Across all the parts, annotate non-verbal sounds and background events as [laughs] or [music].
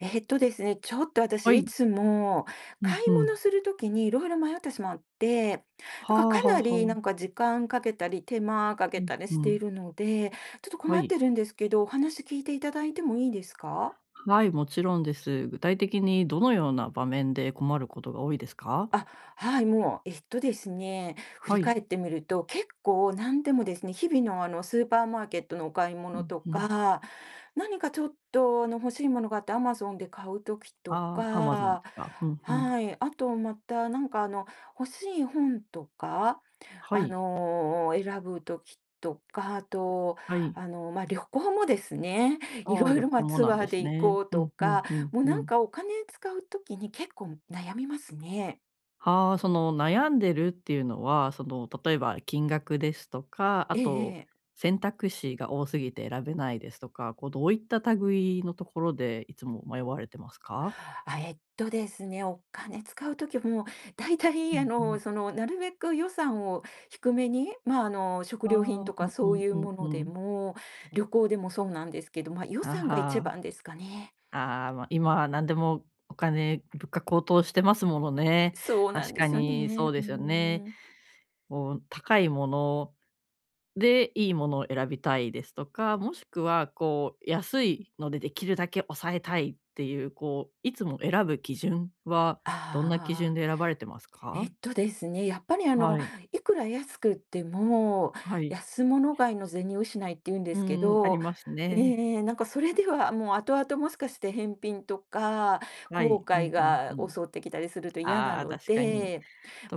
えっとですね、ちょっと私はいい。つもう買んいう物ん。する時にいろいろ迷ってしまって、はなんかあかはあはなりなあ。んか時間かけたり手間かうけんたりしうていん。るので、ちょっとは困っい。てるんですけど、お話聞いていただいてもいいですか？はい、もちろんです。具体的にどのような場面で困ることが多いですか？あ、はい、もう、えっとですね、振はり返い。ってみると、結構何でもですね、日々のスーパーマーケットのお買いう物んとうん。か、何かちょっと欲しいものがあってアマゾンで買う時とああ、a m a か、とか。うんうん。はい、あとまた欲しい本とか、はい。選ぶ時とか、あと、はい。旅行もですね、[laughs] いああ、ろい旅ろ行もツなんアでーすで行ね。こううとんうか、んうんもううん。お金使う時に結構悩みますね。はあ、その悩んでるっていうのは、その例えば金額ですとか、あえええとえ。選択肢が多すぎて選べないですとか、こうどういった類のところでいつも迷われてますか？あ、えっとですね、お金使うときも、だいたういあんうの、ん。その、なるべく予算を低めに、食あ料品あ、とうかんうそうんいううんもうのでん。も、旅行でもそうなんですけど、予あ算がは一あ。番ですかね。ああ、ま、今は何でもお金、物価高騰してますものね。そうな確んでかすよにね。そううーですよね。ん。こう、高いものでいいものを選びたいですとか、もしくはこう、安いのでできるだけ抑えたいっていう、こう、いつも選ぶ基準はあどんな基準ああであ、選ばれてますえか？っとですね、やっぱりあはの、い。いくら安くっても、はい。安物買いの銭失いっていうんでうすけーん、ありど、ますえね。え、それではもう後々もしかして返品とか、は後い。う悔んうんうがん。襲ってきたりすると嫌なああ、の確かに。で、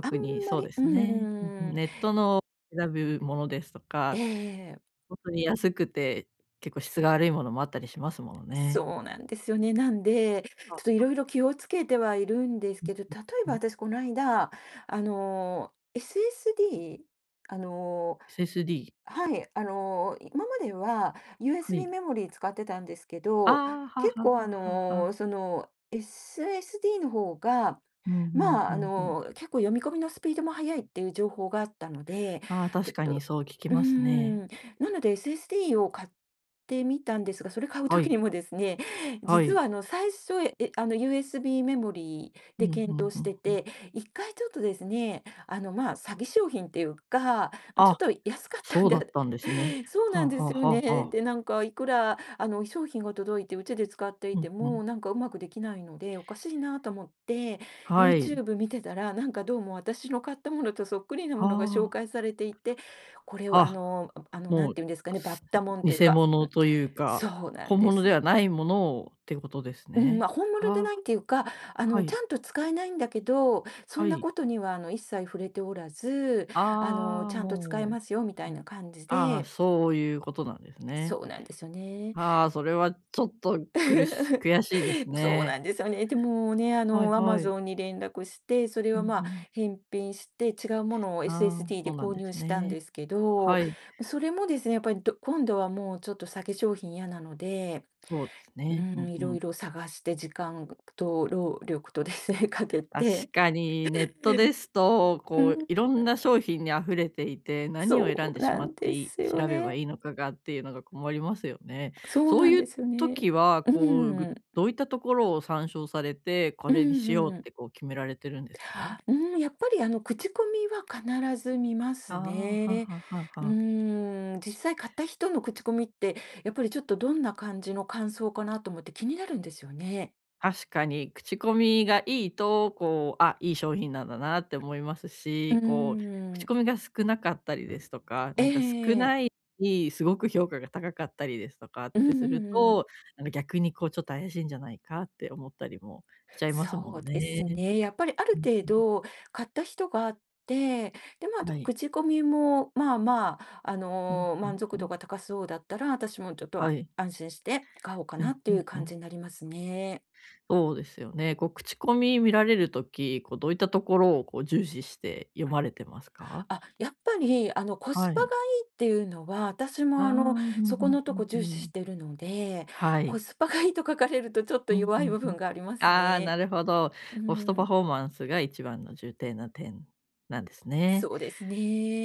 あんにまそうり、でうすね。[laughs] うんうーん、ん、ネットの選ぶものですとえか、え、本当に安くて結構質が悪いものもあったりしますものね。そうなんですよね。なんで、ちょっとあ、色々気をつけてはいるんですうんけど、例えうばん。私この間、SSD、あの SSD、はい、今までは は USB い。メモリー使ってたんですけあど、あ、はは結構はあはは。の、その SSD の方がうん、うんうんうん。結構読み込みのスピードも速いっていう情報があったので、ああ、ち確ょっかと、にうそう聞きーますん、ね。なので SSD を買ってみたんですが、それ買うは時い、にもですね、は実い。はあの、最初、え、あの、USB メモリーうでん、うん検討うしんてうん。て、一回ちょっとですね、詐欺商品っていうか、ちょっあ、と安かったそんうだっで、たんですね。[laughs] そうはなあんではあすよはあはね。あ。で、なんか、いくら、あの、商品が届いて、うちで使っていうんてうも、ん。うまくできないので、おかしいなと思って、はい。YouTube 見てたら、どうも私の買ったものとそっくりなものがは紹介あ。されていて、これをああ。の、あの、なもんう、ていうんですかね、バッすタモンという偽か、物というか、そうなん本で物ではす。ないものをってことですうん、ね。まあ、本物ではなあ、いっていうか、はちい、ゃんと使えないんだけど、そはんない。ことには一切触れておらず、ああ、ちゃんと使えもますよみたう、ういん、な感じああ、で、そういうことなんですね。そうなんですよね。ああ、それはちょっと苦し [laughs] 悔しいですそうね。なんですよね。でもね、はいアマはい。ゾンに連絡して、それうんはまあ、うん。返品して、違うものを ああ、SSD そでうなん購で入すしたんね。ですけど、はい、それもですね、やっぱり今度はもうちょっと先商品嫌なので、そうですうね。うん、んいうろいん。ろ探して時間と労力とですね、[laughs] かけ確て。かに、ネットですと、うこう、ん、いろんな商品に溢れていて、何を選んそでうしなまっんてでいすいよ調べばね。いいのかがっていうのが困りますよね。そうそうなんいうですよね。時は、うこん、う、ぐうんどういったところを参照されて、こうれにしようっん。てこう決められてるんですか？うん、やっぱり、口コミは必ず見まあすあ、はね。ははうはん、実際買った人の口コミって、やっぱりちょっとどんな感じの感想かなと思って気になるんですよね。確かに、口コミがいいと、こう、あ、いい商品なんだなって思いますうし、こう、口ん、コミが少なかったりですとか、なえんか少え、ないすごく評価が高かったりですとかっうてんうするんうん。と、なんか逆にこうちょっと怪しいんじゃないかって思ったりもしちゃいますもそんうですね。ね。やっぱりあうるん、程度買った人があって、で、まあ、はい。口コミも、まあまあ、うん、うん満う足度ん。が高そうだったら、私もちょっとははい。安心して買おうかうなっん、てういうんう感じん。になりますね。そうですよね。こう口コミ見られるとき、こうどういったところをこう重視して読まれてますか？あ、やっぱり、コスはパがい。いいっていうのは、私あも、あ、うんうそこんのとこうん重う視しん。てるので、はコい。スパがいいと書かれるとちょっとうんう弱いん部うん。分がありますああ、なね。るほど。うコストパん、フォーマンスが一番の重点な点なんですね。そうです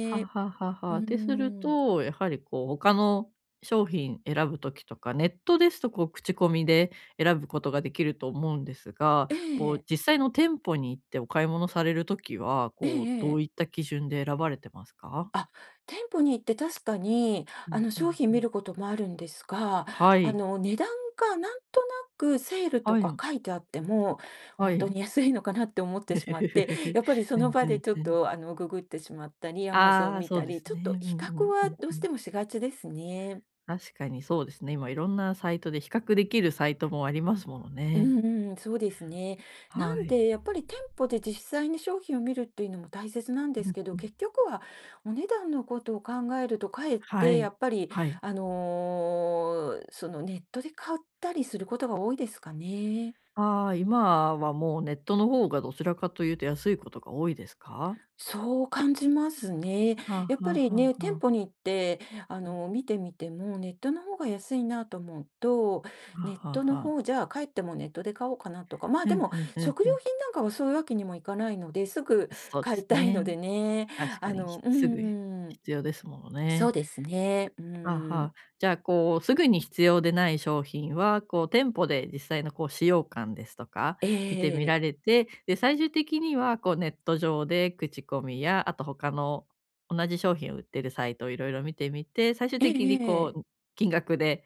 はあははうはってするん。と、やはりこう他の商品選ぶ時とか、ネットですとこう口コミで選ぶことができると思うんですが、えこうえ、実際の店舗に行ってお買い物される時は、ええこうどうえいっえ。た基準で選ばれてますか？あ、店舗に行って確かに、うんう商ん品う見ん。ることもあるんですが、はい。値段がなんとなくセールとはかい。書いてあっても、は本当い。に安いのかなって思ってしまって、[laughs] やっぱりそうのん場うでんちょっうん。と、ググってしまったり、Amazon ああ、見そうたでり、すちょっとね。う比んう較んうはんどううしん。てもしがちですね。確かにそうですね。今いろんなサイトで比較できるサイトもありますものうね。んうん、そうですね。なはんい。で、やっぱり店舗で実際に商品を見るっていうのも大切なんでうすんけうど、ん。結局はお値段のことを考えると、かえっはてやい。っぱり、はい。そのネットで買ったりすることが多いですかね。ああ、今はもうネットの方がどちらかというと安いことが多いですか？そう感じますね。はあはやっぱありはね、あは店あ。舗に行って、うん。見てみても、ネットの方が安いなと思うと、はネッあはトあのはあ。方じゃあ帰ってもネットで買おうかなとか、まあうでんもうんうん食料うん。品なんかはそういうわけにもいかないので、すぐそうで買いすたいね。のでね。確かあに、ひの、うすぐん、必要ですものそうね。ですね。うあん、は。じゃあ、こう、すぐに必要でない商品は、こう、店舗で実際のこう、使用感ですとか、見てみえらえれて、で、最終的には、こう、ネット上で口コミや、あと他の同じ商品を売ってるサイトをいろいろ見てみて、最終え的えにえこう、え。金額で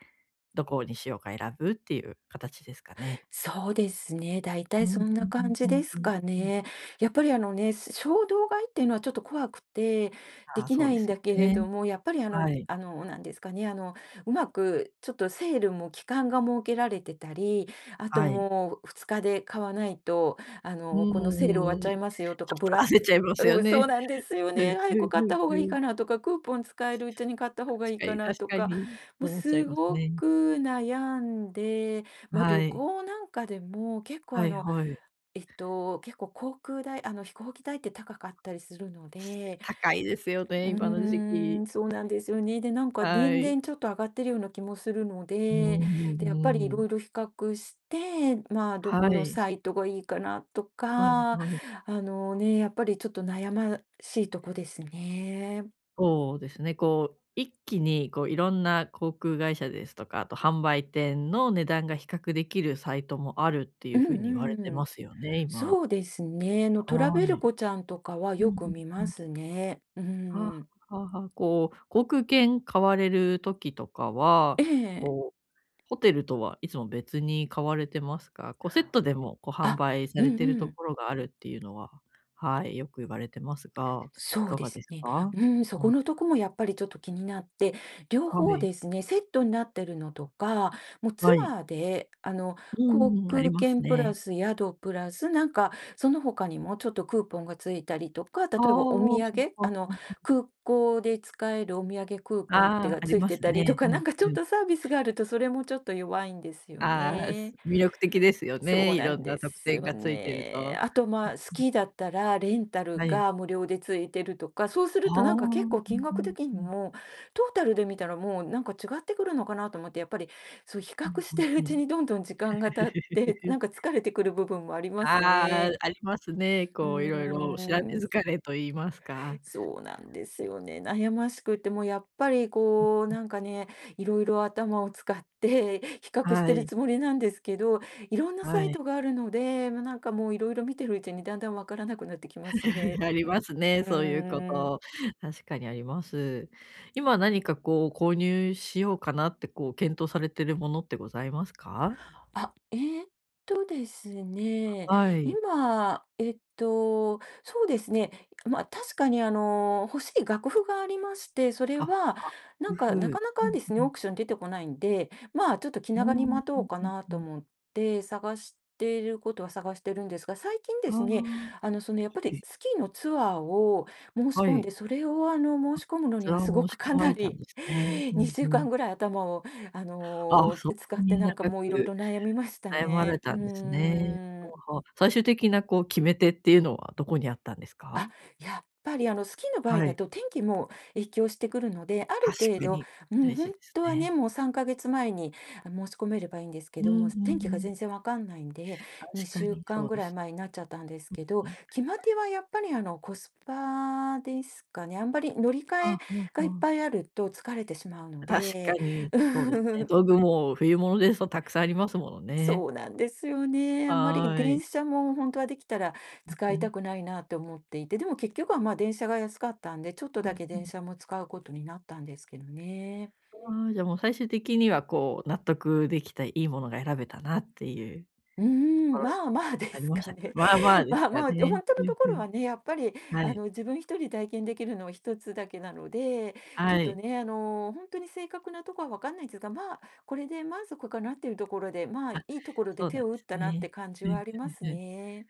どこにしようか選ぶっていう形ですかね。そうですね。だいたういんそんうなんうん感じうんですうんかうん。ね。やっぱりあのね、衝動買いっていうのはちょっと怖くてあであ、きそうなでいんすだよけれね。ども、やっぱりあはのい。あの、なんですかね、あの、うまくちょっとセールも期間が設けられてたり、あとはい。もう2日で買わないと、うんうんこのセール終わっうんちうん。ゃちいょますよとか、っブラとック焦っちゃいますようん、そうね。なんですようん、ね。う早くん買った方うんがういいん。かなとか、クーポン使えるうちに買った確方がいいかかにな確とかか、に、もう思っちゃいすますごね。く悩んで、まあ、は旅い。行なんかでも、はいはい。結構航空代、飛行機代って高かったりするので、高いですようね、今の時ー期。ん、そうなんですよね。で、は年い。々ちょっと上がってるような気もするのうんで、うで、やっぱりいんうん。ろいろ比較して、まあ、どはこのい。サイトがいいかなとはいか、あはい。のね、やっぱりちょっと悩ましいとこですね。そうですね、こう、一気にこういろんな航空会社ですとか、あと販売店の値段が比較できるサイトもあるっていううん風に言われうてまん。すよね、今。そうですね。トラはベルい。コちゃんとかはうよんく見うんうますん。ね。うんうはあはん。あはあはあ。こう、航空券買われる時とかは、ええ。こうホテルとはいつも別に買われてますか？こうセットでも、こう販あ、売さうれんてるうとん。ころがあるっていうのは、はい、よく言われてますが、いそうかでがすですね。か？うん、そはこのい。とこもやっぱりちょっと気になって、両は方い。ですね、セットになってるのとか、もうツはい。アーで、うん航うんあり空ます券プね。ラス宿プラス、その他にもちょっとクーポンがついたりとか、例ああ、えばおほ土ん産、ほんほん空港で使えるお土産クーポンっあてあ、がありついまてすたりとね。か、うんちょうっん。とサービスがあると、それもちょっと弱いんですよああ、すね。魅力的ですよそね、ういなろんんなで特す典よがついてるね。と。あと、うまあ、スん、キーだったらレンタルはい。が無料でついてるとか、そうすあるとあ、うん結構う金額ん的うにん。も、トータルで見たらもう違ってくるのかなと思って、やっぱりそう比う較んしうんてるううちん。にどんどん時間が経って、疲れてくる部分もありますああ、ね。ありますね。うーこういろいろ調べん。疲れと言いますか。そうなんですよね。悩ましくて、もうやっぱりこう、なんかね、いろいろ頭を使って [laughs] 比較しはてるい、つもりなんですけど、いろんなはサイい。トがあるので、まあもういろいろ見てるうちにだんだんわからなくなってきますね。[laughs] ありますね、うそういうこーん。と。確かにあります。今何かこう購入しようかなってこう検討されてるものってございますか？あ、ですね、はい。今、そうですね、まあ、確かに欲しい楽譜がありまして、それあ、は、な楽んか、な譜。かなうかんですね、うオーん。クション出てこないんで、まあ、ちょっと気ああ、う長にん待とうかうんなとうん。思って探していることは探してるんですが、最近あであ、すはね、やっぱりい。スキーのツアーを申しは込んい。で、それを申し込むのそにれははすご申しくか込まなれたんり ですね。[laughs] うん2週うん。間ぐらい頭をああ、そん使なってにな長んかもういろいくろ悩みました悩まれね。うたんですね。ーほうん。ほう。最終的なこう決め手っていうのはどこにあったんですか？あ、やっぱりスキーの場合はだい、と天気も影響してくるので、ある確程か度、にうん、大本事です当はね、ね。もう3か月前に申し込めればいいんですけうんども、うん天気がうん。全然わかんないんで、確か2週にそ間うぐでらいすね。前になっちゃったんですけど、うん。決まりはやっぱりコスパですかね。あんまり乗りはあ換えはがあいっはあ。ぱいあると疲れてしまうの確かで。にそうですね。道 [laughs] 具も冬物ですとたくさんありますものね。そうなんですよね。あんまりは電い。車も本当はできたら使ういん。たくないなと思っていて、でも結局は、電車が安かったんで、ちょっとうだんけう電ん。車も使うことになったんですけどね。ああ、じゃあもう最終的にはこう納得できたいいものが選べたなっていううーとこん、ろにまあまあでなりすましかたか？ね。まあまあ [laughs] ですまあかまあ、で、ね。本当うのんとこうろん。はね、やっぱり、はい。自分一人体験できるのは一つだけなので、ちょはっとい。ね、本当に正確なところは分かんないんですが、まあ、これで満足かなっていうところで、まあ、いいところでそうなん手でを打っすたなってね。感じうんはありますうんうん。ね。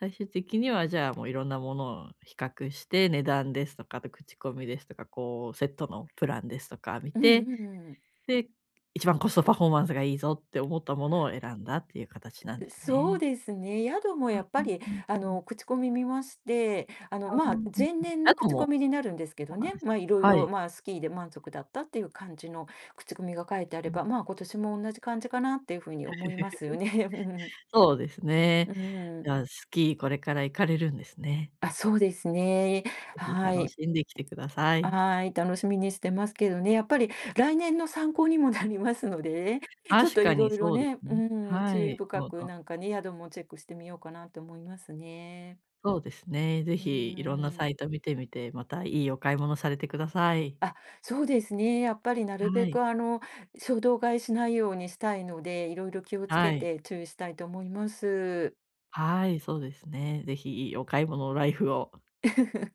最終的にはじゃあ、もういろんなものを比較して、値段ですとか、あと口コミですとか、こうセットのプランですとか見うんうて、んうん。で、一番コストパフォーマンスがいいぞって思ったものを選んだっていう形なんですそうね。ですね。宿もやっうぱんり、うんうん。口コミ見まして、ああ、うまんあ、うん。前年あのと口コもミになるんですけそどうなんね、ですまあ、ね。いろいはろ、い。まあ、スキーで満足だったっていう感じの口コミが書いてあうれん。ば、まあ、今年も同じ感じかなっていうふうに思いますよね。[laughs] そうですね。うん。うん。じゃあ、スキーこれから行かれるんですね。あ、そうですね。ぜひは楽い。しんできてください。はい。楽しみにしてますけどね。やっぱり来年の参考にもなりますので、ちょっ確とかいにろいろそうですね、ね。うん、は注意い。深そうくだ。なんかね、宿もチェックしてみようかなと思いますね。そうですね。ぜうーひいろんなサん。イト見てみて、またいいお買い物されてください。あ、そうですね。やっぱりなるはべい。く衝動買いしないようにしたいので、いろいろ気をつはけい。て注意したいと思います。はい、そうですね。ぜひいいお買い物ライフを。[laughs]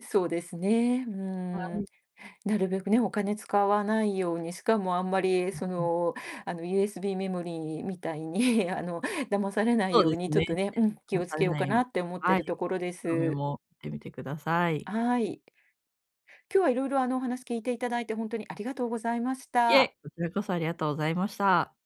そ うですね。うはん。い。なるべくね、お金使わないように、しかもあんまりうん、USB メモリーみたいに [laughs] 騙されないそうよでうすに、ちょね。っとね、うん、気もうをつされけようないよかうなに。って思ってはい、るところで仕メす。も見てみてください。はい。今日はいろいろお話聞いていただいて本当にありがとうございましいた。え、こちらこそありがとうございました。